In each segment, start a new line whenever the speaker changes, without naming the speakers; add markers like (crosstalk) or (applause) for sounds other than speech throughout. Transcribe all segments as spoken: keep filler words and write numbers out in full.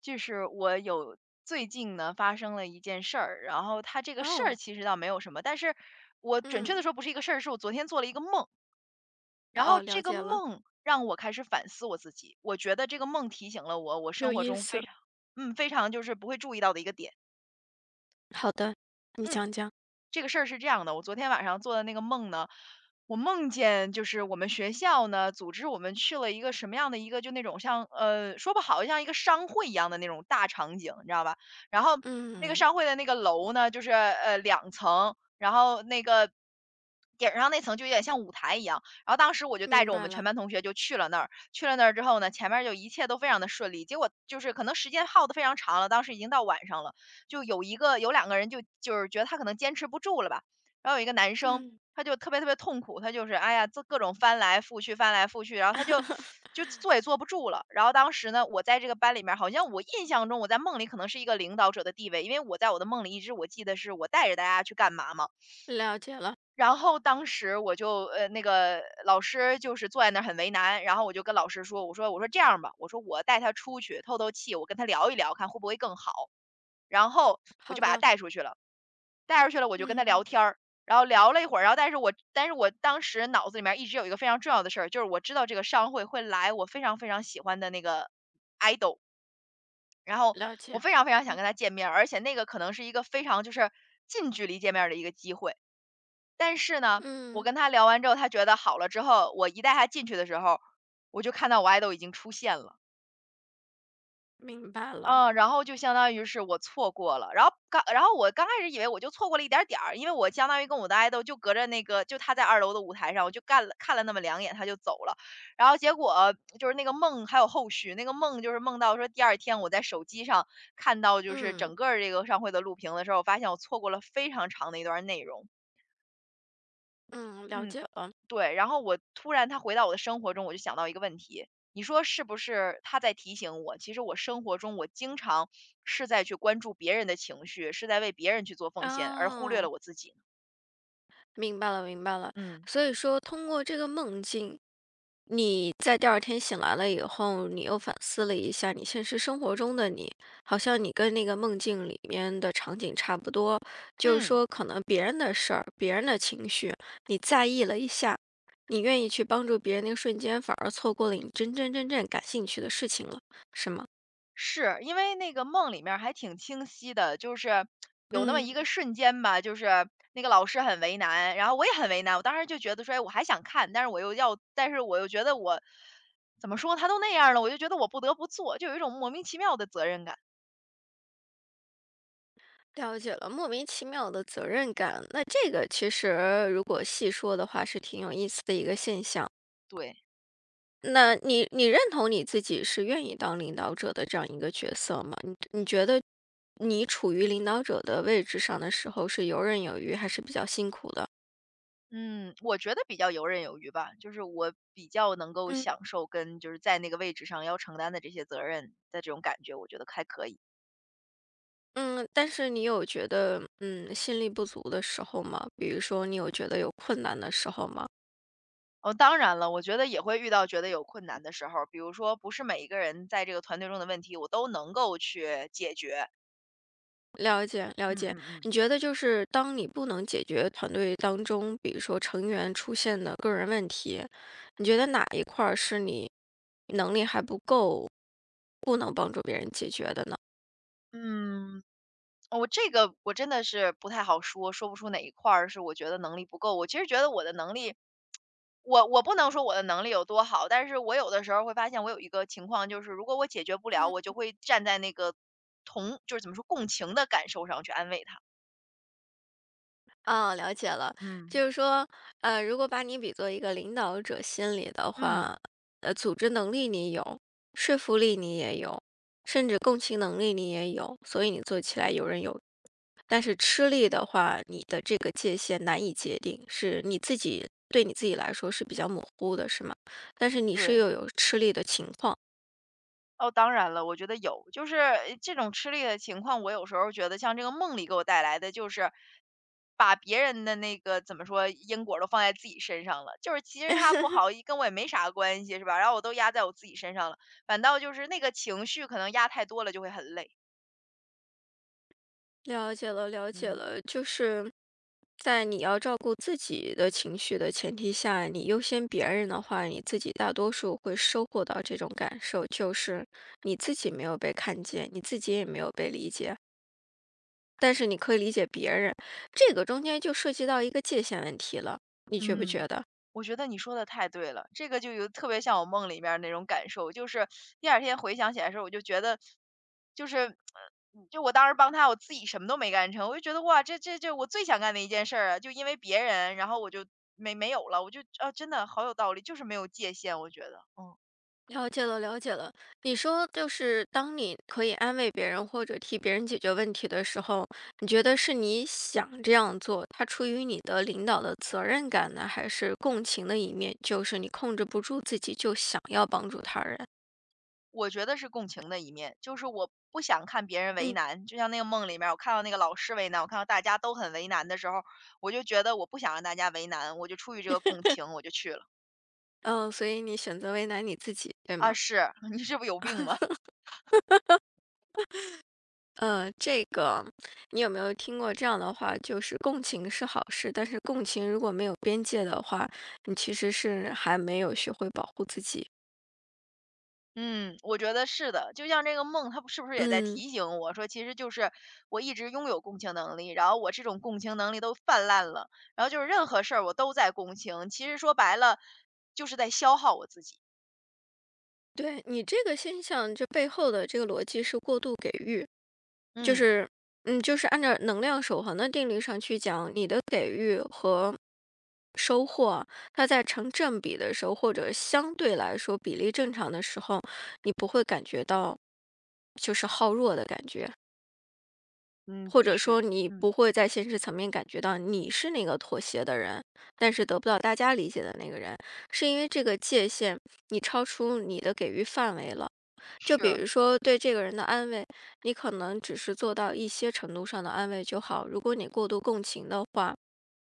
就是我有最近呢发生了一件事儿，然后它这个事儿
哦。
其实倒没有什么，但是我准确的
嗯。
说不是一个事儿，是我昨天做了一个梦，然后
哦，了
这个
解了。
梦让我开始反思我自己，我觉得这个梦提醒了我，我
有
生活
意
中非
思。
常，嗯，非常就是不会注意到的一个点，
好的，你
嗯。
讲讲。
这个事儿是这样的，我昨天晚上做的那个梦呢，我梦见就是我们学校呢组织我们去了一个什么样的一个就那种像呃说不好像一个商会一样的那种大场景，你知道吧？然后那个
嗯，
商会的那个楼呢，就是呃两层，然后那个顶上那层就有点像舞台一样。然后当时我就带
明
着我
白
们
了。
全班同学就去了那儿，去了那儿之后呢，前面就一切都非常的顺利，结果就是可能时间耗的非常长了，当时已经到晚上了。就有一个有两个人就就是觉得他可能坚持不住了吧，然后有一个男生，
嗯。
他就特别特别痛苦，他就是，哎呀，这各种翻来覆去翻来覆去，然后他就
(laughs)
就坐也坐不住了。然后当时呢，我在这个班里面好像我印象中我在梦里可能是一个领导者的地位，因为我在我的梦里一直我记得是我带着大家去干嘛嘛。
了解了。
然后当时我就呃，那个老师就是坐在那儿很为难，然后我就跟老师说，我说我说：“这样吧，我说我带他出去透透气，我跟他聊一聊，看会不会更好。”然后我
好
就把他
的。
带出去了，带出去了我就跟他聊
嗯。
天儿，然后聊了一会儿，然后但是我但是我当时脑子里面一直有一个非常重要的事儿，就是我知道这个商会会来我非常非常喜欢的那个 idol，然后
了
我
解。
非常非常想
嗯
跟他见面而且那个可能是一个非常就是近距离见面的一个机会。但是呢，我
嗯，
跟他聊完之后，他觉得好了之后，我一带他进去的时候，我就看到我 idol 已经出现了。
明白了。
嗯，然后就相当于是我错过了，然后刚然后我刚开始以为我就错过了一点儿点儿，因为我相当于跟我的爱豆就隔着那个就他在二楼的舞台上，我就干了看了那么两眼他就走了。然后结果就是那个梦还有后续，那个梦就是梦到说第二天我在手机上看到就是
嗯
整个儿这个上会的录屏的时候，我发现我错过了非常长的一段儿内容，
嗯，了
嗯。
解了。
对，然后我突然他回到我的生活中，我就想到一个问题，你说是不是他在提醒我，其实我生活中我经常是在去关注别人的情绪，是在为别人去做奉献，而忽略
哦。
了我自己呢？
明白了，明白了。
嗯
所以说，通过这个梦境，你在第二天醒来了以后，你又反思了一下你现实生活中的你，好像你跟那个梦境里面的场景差不多，就是
嗯，
说可能别人的事儿、别人的情绪，你在意了一下，你愿意去帮助别人那个瞬间，反而错过了你真真正正感兴趣的事情了，是吗？
是因为那个梦里面儿还挺清晰的，就是有那么
嗯，
一个瞬间吧，就是那个老师很为难，然后我也很为难。我当时就觉得说，哎，我还想看，但是我又要，但是我又觉得我怎么说，他都那样了，我就觉得我不得不做，就有一种莫名其妙的责任感。
了解了，莫名其妙的责任感，那这个其实如果细说的话，是挺有意思的一个现象。
对，
那你你认同你自己是愿意当领导者的这样一个角色吗？你你觉得你处于领导者的位置上的时候是游刃有余，还是比较辛苦的？
嗯，我觉得比较游刃有余吧，就是我比较能够
嗯
享受跟就是在那个位置上要承担的这些责任的这种感觉，我觉得还可以。
嗯，但是你有觉得嗯心力不足的时候吗？比如说你有觉得有困难的时候吗？
哦，当然了，我觉得也会遇到觉得有困难的时候，比如说不是每一个人在这个团队中的问题，我都能够去解决。
了解了
嗯
解，
嗯嗯
你觉得就是当你不能解决团队当中，比如说成员出现的个人问题，你觉得哪一块儿是你能力还不够，不能帮助别人解决的呢？
嗯，我这个我真的是不太好说，说不出哪一块儿是我觉得能力不够。我其实觉得我的能力我我不能说我的能力有多好，但是我有的时候会发现我有一个情况，就是如果我解决不了，我就
嗯。
会站在那个同就是怎么说，共情的感受上去安慰他。
哦，了解了，
嗯。
就是说，呃，如果把你比作一个领导者心理的
嗯，
话，呃，组织能力你有，说服力你也有，甚至共情能力你也有，所以你做起来游刃有但是吃力的话，你的这个界限难以界定，是你自己对你自己来说是比较模糊的，是吗？但是你是
对。
又有吃力的情况。
哦，当然了，我觉得有。就是呃这种吃力的情况，我有时候觉得像这个梦里给我带来的就是把别人的那个怎么说，因果都放在自己身上了。就是其实他不好，一跟我也没啥关系，是吧？然后我都压在我自己身上了，反倒就是那个情绪可能压太多了就会很累。
了解了，了解
嗯。
了，就是在你要照顾自己的情绪的前提下，你优先别人的话，你自己大多数会收获到这种感受，就是你自己没有被看见，你自己也没有被理解，但是你可以理解别人，这个中间就涉及到一个界限问题了，你觉不觉
嗯，
得？
我觉得你说的太对了，这个就有特别像我梦里面儿那种感受，就是第二天回想起来的时候，我就觉得就是，呃，就我当时帮他，我自己什么都没干成，我就觉得哇，这这这我最想干的一件事儿啊，就因为别人，然后我就没没有了，我就啊，真的好有道理，就是没有界限，我觉得，嗯，
了解了，了解了。你说，就是当你可以安慰别人或者替别人解决问题的时候，你觉得是你想这样做，它出于你的领导的责任感呢，还是共情的一面？就是你控制不住自己，就想要帮助他人。
我觉得是共情的一面，就是我不想看别人为
嗯。
难，就像那个梦里面儿我看到那个老师为难，我看到大家都很为难的时候，我就觉得我不想让大家为难，我就出于这个共情，我就去了。
嗯，所以你选择为难你自己，对
啊，
吗？
是，(laughs) 你是不是有病吧？
呃，这个你有没有听过这样的话？就是共情是好事，但是共情如果没有边界的话，你其实是还没有学会保护自己。
嗯，我觉得是的，就像这个梦，它不是不是也在
嗯，
提醒我说，其实就是我一直拥有共情能力，然后我这种共情能力都泛滥了，然后就是任何事儿我都在共情，其实说白了就是在消耗我自己。
对，你这个现象，这背后的这个逻辑是过度给予，就
嗯
是，嗯，就是按照能量守恒的定律上去讲，你的给予和收获，它在成正比的时候，或者相对来说比例正常的时候，你不会感觉到就是好弱的感觉，
嗯，
或
的
者
确，
说你
嗯，
不会在现实层面感觉到你是那个妥协的人，但是得不到大家理解的那个人，是因为这个界限你超出你的给予范围了。就比
是，
如说对这个人的安慰，你可能只是做到一些程度上的安慰就好。如果你过度共情的话，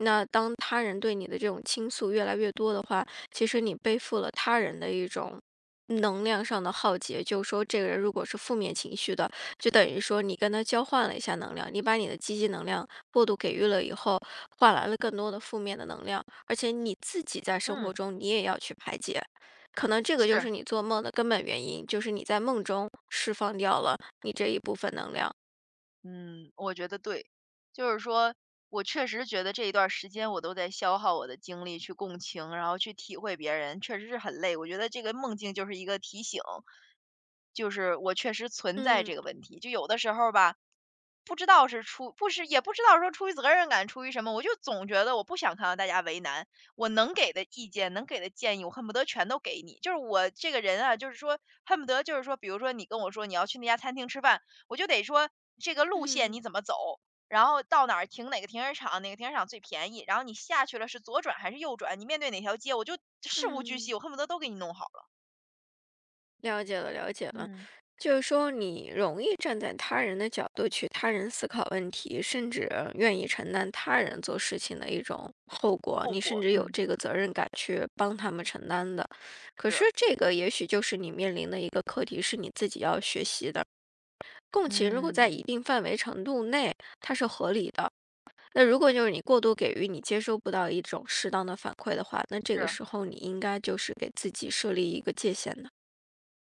那当他人对你的这种倾诉越来越多的话，其实你背负了他人的一种能量上的浩劫。就是说，这个人如果是负面情绪的，就等于说你跟他交换了一下能量，你把你的积极能量过度给予了以后，换来了更多的负面的能量，而且你自己在生活
嗯
中你也要去排解。可能这个就
是。
是你做梦的根本原因，就是你在梦中释放掉了你这一部分能量。
嗯，我觉得对。就是说我确实觉得这一段儿时间我都在消耗我的精力去共情，然后去体会别人，确实是很累。我觉得这个梦境就是一个提醒，就是我确实存在
嗯。
这个问题。就有的时候吧，不知道是出，不是，也不知道说出于责任感，出于什么，我就总觉得我不想看到大家为难，我能给的意见，能给的建议，我恨不得全都给你。就是我这个人啊，就是说恨不得就是说，比如说你跟我说你要去那家餐厅吃饭。我就得说这个路线
嗯
你怎么走，然后到哪儿停哪个停车场，哪个停车场最便宜，然后你下去了是左转还是右转，你面对哪条街，我就事无巨细，
嗯。
我恨不得都给你弄好了。
了解了，了解了。
嗯，
就是说，你容易站在他人的角度去他人思考问题，甚至愿意承担他人做事情的一种后果，
后
你甚
果，
至有
嗯，
这个责任感去帮他们承担的。可
是，
是，这个也许就是你面临的一个课题，是你自己要学习的。共情如果在
嗯，
一定范围程度内，它是合理的。那如果就是你过度给予，你接收不到一种适当的反馈的话，那这个
是，
时候你应该就是给自己设立一个界限的。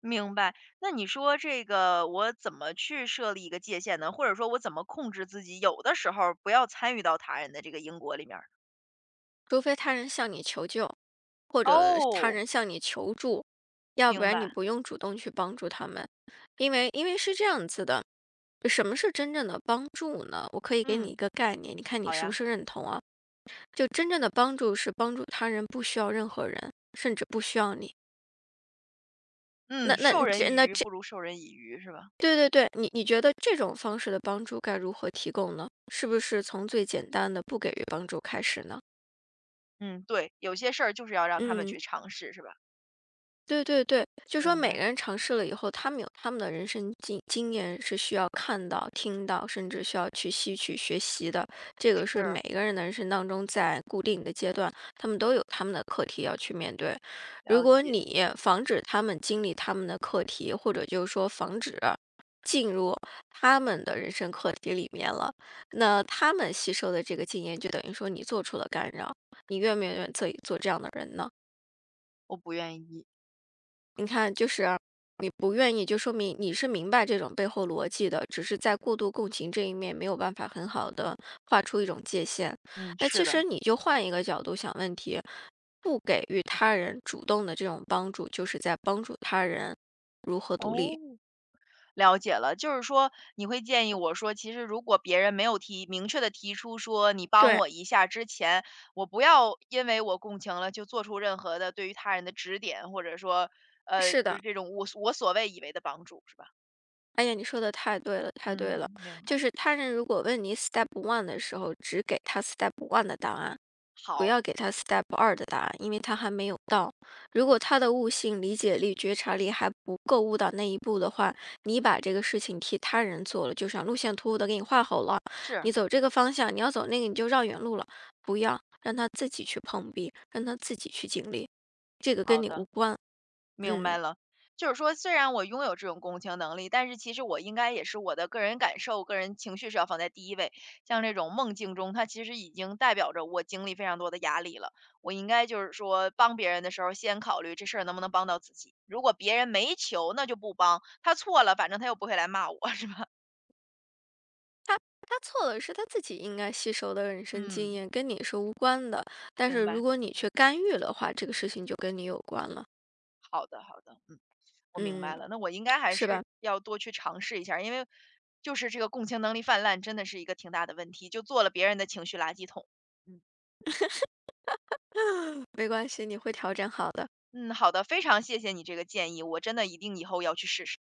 明白。那你说这个我怎么去设立一个界限呢？或者说我怎么控制自己，有的时候儿不要参与到他人的这个因果里面儿？
除非他人向你求救，或者他
哦，
人向你求助，要不
明
然你
白，
不用主动去帮助他们。因为因为是这样子的，什么是真正的帮助呢？我可以给你一
嗯，
个概念，你看你
好
是不
呀，
是认同啊？就真正的帮助是帮助他人，不需要任何人，甚至不需要你。那
嗯，
那
授人
这
以
那
鱼
这，
不如授人以渔，是吧？
对对对，你你觉得这种方式的帮助该如何提供呢？是不是从最简单的不给予帮助开始呢？
嗯，对，有些事儿就是要让他们
嗯。
去尝试，是吧？
对对对，就说
明
每个
白，
人尝试了以后，他们有他们的人生经经验是需要看到、听到，甚至需要去吸取学习的。这个是每
是，
个人的人生当中，在固定的阶段，他们都有他们的课题要去面对。如
了
果
解，
你防止他们经历他们的课题，或者就是说防止进入他们的人生课题里面了，那他们吸收的这个经验，就等于说你做出了干扰。你愿不愿意做做这样的人呢？
我不愿意。
你看，就是你不愿意，就说明你是明白这种背后逻辑的，只是在过度共情这一面没有办法很好的画出一种界限。
嗯，
那
是
其实
的，
你就换一个角度想问题，不给予他人主动的这种帮助，就是在帮助他人如何独立。
哦，了解了。就是说，你会建议我说，其实如果别人没有提明确的提出说你帮
对，
我一下之前，我不要因为我共情了就做出任何的对于他人的指点，或者说，呃，
是
就是
的。
这种我我所谓以为的帮助，是吧？
哎呀，你说的太对了，太对了。
嗯，明
就
白。
是他人如果问你 step one 的时候，只给他 step one 的答案，不
好，
要给他 step 二的答案，因为他还没有到。如果他的悟性、理解力、觉察力还不够悟到那一步的话，你把这个事情替他人做了，就像路线图我都给你画好了，
是
你走这个方向，你要走那个你就绕远路了。不要让他自己去碰壁，让他自己去经历，这个跟
好
你无
的。
关。
明
嗯，
白了，就是说，虽然我拥有这种共情能力，但是其实我应该也是我的个人感受、个人情绪是要放在第一位。像这种梦境中，它其实已经代表着我经历非常多的压力了。我应该就是说，帮别人的时候，先考虑这事儿能不能帮到自己。如果别人没求，那就不帮。他错了，反正他又不会来骂我，是吧？
他他错了是他自己应该吸收的人
(laughs)
生经
嗯，
验，跟你是无关的。但
明
是如
白。
果你去干预的话，这个事情就跟你有关了。
好的，好的，嗯，我明白
嗯，
了。那我应该还
是
是
吧？
要多去尝试一下儿，因为就是这个共情能力泛滥，真的是一个挺大的问题，就做了别人的情绪垃圾桶。嗯
没关系，你会调整好的。
嗯，好的，非常谢谢你这个建议，我真的一定以后要去试试。